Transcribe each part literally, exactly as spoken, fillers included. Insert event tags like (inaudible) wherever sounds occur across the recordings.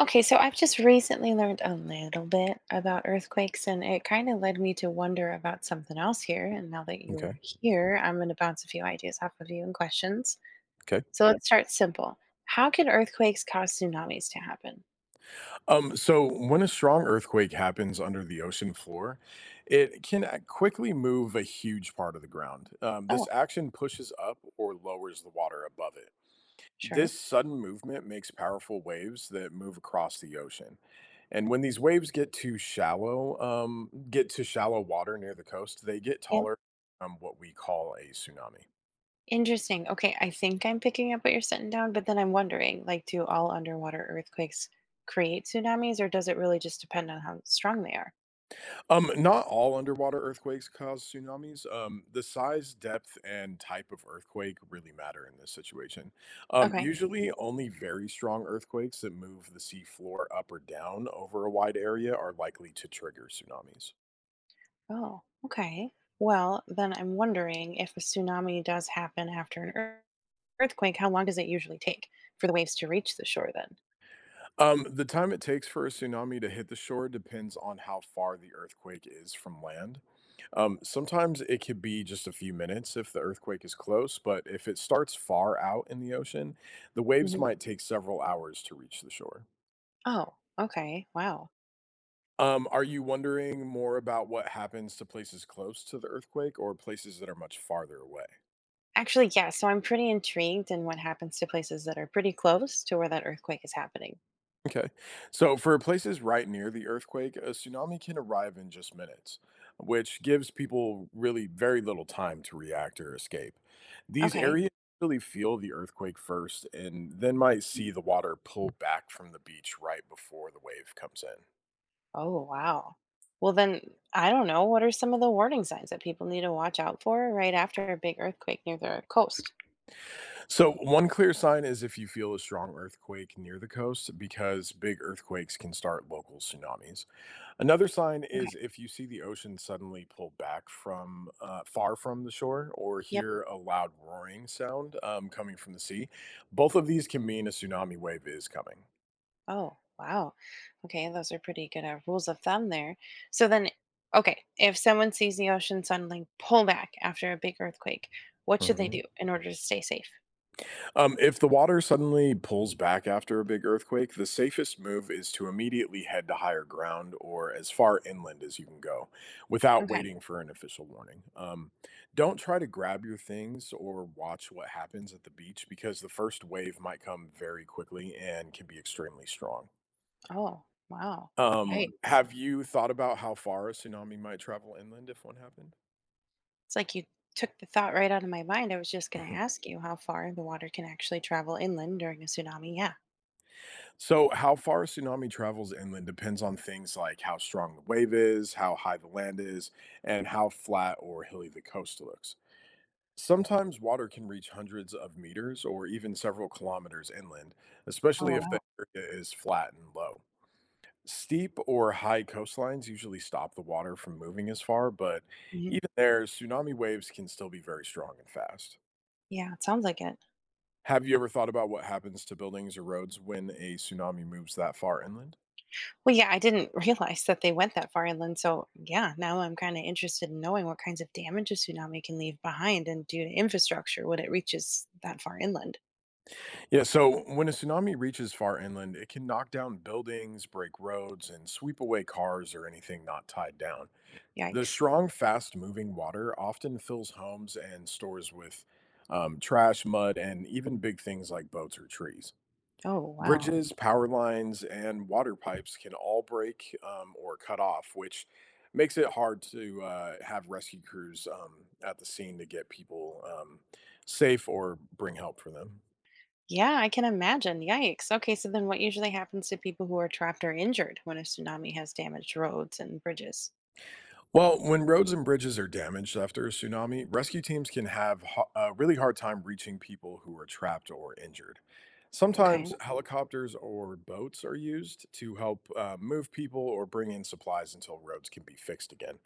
Okay, so I've just recently learned a little bit about earthquakes, and it kind of led me to wonder about something else here. And now that Okay. you're here, I'm going to bounce a few ideas off of you and questions. Okay. So sure. Let's start simple. How can earthquakes cause tsunamis to happen? Um, so when a strong earthquake happens under the ocean floor, it can a- quickly move a huge part of the ground. Um, Oh, this action pushes up or lowers the water above it. sure. This sudden movement makes powerful waves that move across the ocean. And when these waves get too shallow, um, get to shallow water near the coast, they get Yep. taller, um, what we call a tsunami. Interesting. Okay, I think I'm picking up what you're setting down, but then I'm wondering, like, do all underwater earthquakes create tsunamis, or does it really just depend on how strong they are? Um, not all underwater earthquakes cause tsunamis. Um, the size, depth, and type of earthquake really matter in this situation. Um, Okay. usually, only very strong earthquakes that move the sea floor up or down over a wide area are likely to trigger tsunamis. Oh, okay. Well, then I'm wondering if a tsunami does happen after an ear- earthquake, how long does it usually take for the waves to reach the shore then? Um, the time it takes for a tsunami to hit the shore depends on how far the earthquake is from land. Um, sometimes it could be just a few minutes if the earthquake is close, but if it starts far out in the ocean, the waves Hmm. might take several hours to reach the shore. Oh, okay. Wow. Um, are you wondering more about what happens to places close to the earthquake or places that are much farther away? Actually, yeah. So I'm pretty intrigued in what happens to places that are pretty close to where that earthquake is happening. Okay. So for places right near the earthquake, a tsunami can arrive in just minutes, which gives people really very little time to react or escape. These Okay. areas really feel the earthquake first and then might see the water pull back from the beach right before the wave comes in. Oh, wow. Well, then I don't know. What are some of the warning signs that people need to watch out for right after a big earthquake near their coast? So one clear sign is if you feel a strong earthquake near the coast because big earthquakes can start local tsunamis. Another sign Okay. is if you see the ocean suddenly pull back from uh, far from the shore or Yep. hear a loud roaring sound um, coming from the sea. Both of these can mean a tsunami wave is coming. Oh, wow. Okay, those are pretty good uh, rules of thumb there. So then, okay, if someone sees the ocean suddenly pull back after a big earthquake, what should they Mhm. do in order to stay safe? Um, if the water suddenly pulls back after a big earthquake, the safest move is to immediately head to higher ground or as far inland as you can go without Okay. waiting for an official warning. Um, don't try to grab your things or watch what happens at the beach because the first wave might come very quickly and can be extremely strong. Oh, wow. Um, Yikes. have you thought about how far a tsunami might travel inland if one happened? It's like you took the thought right out of my mind. I was just going to (laughs) ask you how far the water can actually travel inland during a tsunami. Yeah. So, how far a tsunami travels inland depends on things like how strong the wave is, how high the land is, and how flat or hilly the coast looks. Sometimes water can reach hundreds of meters or even several kilometers inland, especially Oh, if wow. the area is flat and low. Steep or high coastlines usually stop the water from moving as far, but Hmm. even there, tsunami waves can still be very strong and fast. Yeah, it sounds like it. Have you ever thought about what happens to buildings or roads when a tsunami moves that far inland? Well, yeah, I didn't (laughs) realize that they went that far inland. So, yeah, now I'm kind of interested in knowing what kinds of damage a tsunami can leave behind and do to infrastructure when it reaches that far inland. Yeah, so when a tsunami reaches far inland, it can knock down buildings, break roads, and sweep away cars or anything not tied down. The Yikes. strong, fast moving water often fills homes and stores with um, trash, mud, and even big things like boats or trees. Oh, wow. Bridges, power lines, and water pipes can all break um, or cut off, which makes it hard to uh, have rescue crews um, at the scene to get people um, safe or bring help for them. Yeah, I can imagine. Yikes. Okay, so then what usually happens to people who are trapped or injured when a tsunami has damaged roads and bridges? Well, when roads and bridges are damaged after a tsunami, rescue teams can have ho- a really hard time reaching people who are trapped or injured. Okay. Sometimes helicopters or boats are used to help uh, move people or bring in supplies until roads can be fixed again.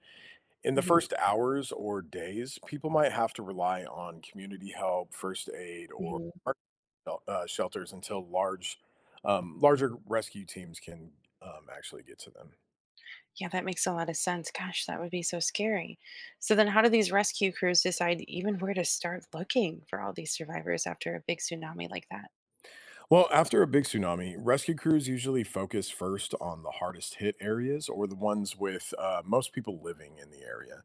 In the Hmm. first hours or days, people might have to rely on community help, first aid, or Hmm. emergency, uh, shelters until large, um, larger rescue teams can um, actually get to them. Yeah, that makes a lot of sense. Gosh, that would be so scary. So, then how do these rescue crews decide even where to start looking for all these survivors after a big tsunami like that? Well, after a big tsunami, rescue crews usually focus first on the hardest hit areas or the ones with uh, most people living in the area.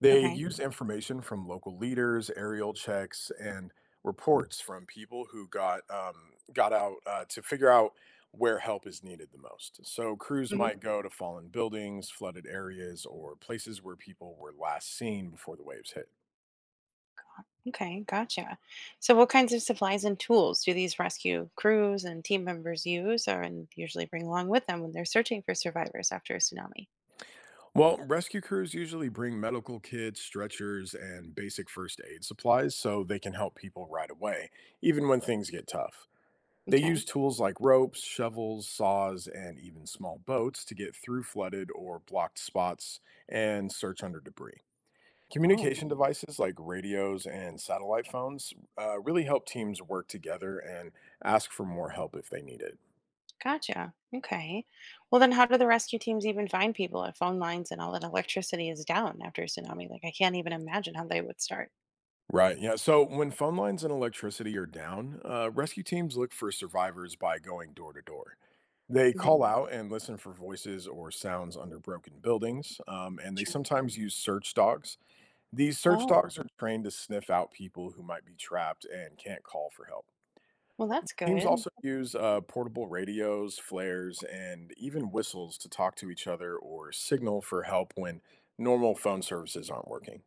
They Okay. use information from local leaders, aerial checks, and reports from people who got um, got out uh, to figure out where help is needed the most. So crews Hmm. might go to fallen buildings, flooded areas, or places where people were last seen before the waves hit. Okay. Gotcha. So, what kinds of supplies and tools do these rescue crews and team members use or and usually bring along with them when they're searching for survivors after a tsunami? Well, rescue crews usually bring medical kits, stretchers, and basic first aid supplies so they can help people right away, even when things get tough. They Okay. use tools like ropes, shovels, saws, and even small boats to get through flooded or blocked spots and search under debris. Oh, Communication devices like radios and satellite phones uh, really help teams work together and ask for more help if they need it. gotcha. Okay. Well, then, how do the rescue teams even find people if phone lines and all that electricity is down after a tsunami? Like, I can't even imagine how they would start. Right. Yeah. So when phone lines and electricity are down, uh, rescue teams look for survivors by going door to door. They call Hmm. out and listen for voices or sounds under broken buildings, um, and they Sure. sometimes use search dogs. These search Oh, dogs are trained to sniff out people who might be trapped and can't call for help. well, that's Teams good. also use uh, portable radios, flares, and even whistles to talk to each other or signal for help when normal phone services aren't working.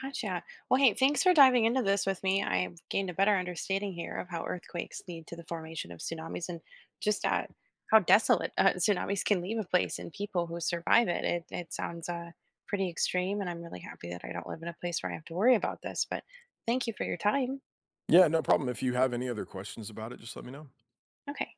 Gotcha. Well, hey, thanks for diving into this with me. I gained a better understanding here of how earthquakes lead to the formation of tsunamis and just uh, how desolate uh, tsunamis can leave a place and people who survive it. It, it sounds uh, pretty extreme, and I'm really happy that I don't live in a place where I have to worry about this. But thank you for your time. Yeah, no problem. If you have any other questions about it, just let me know. Okay.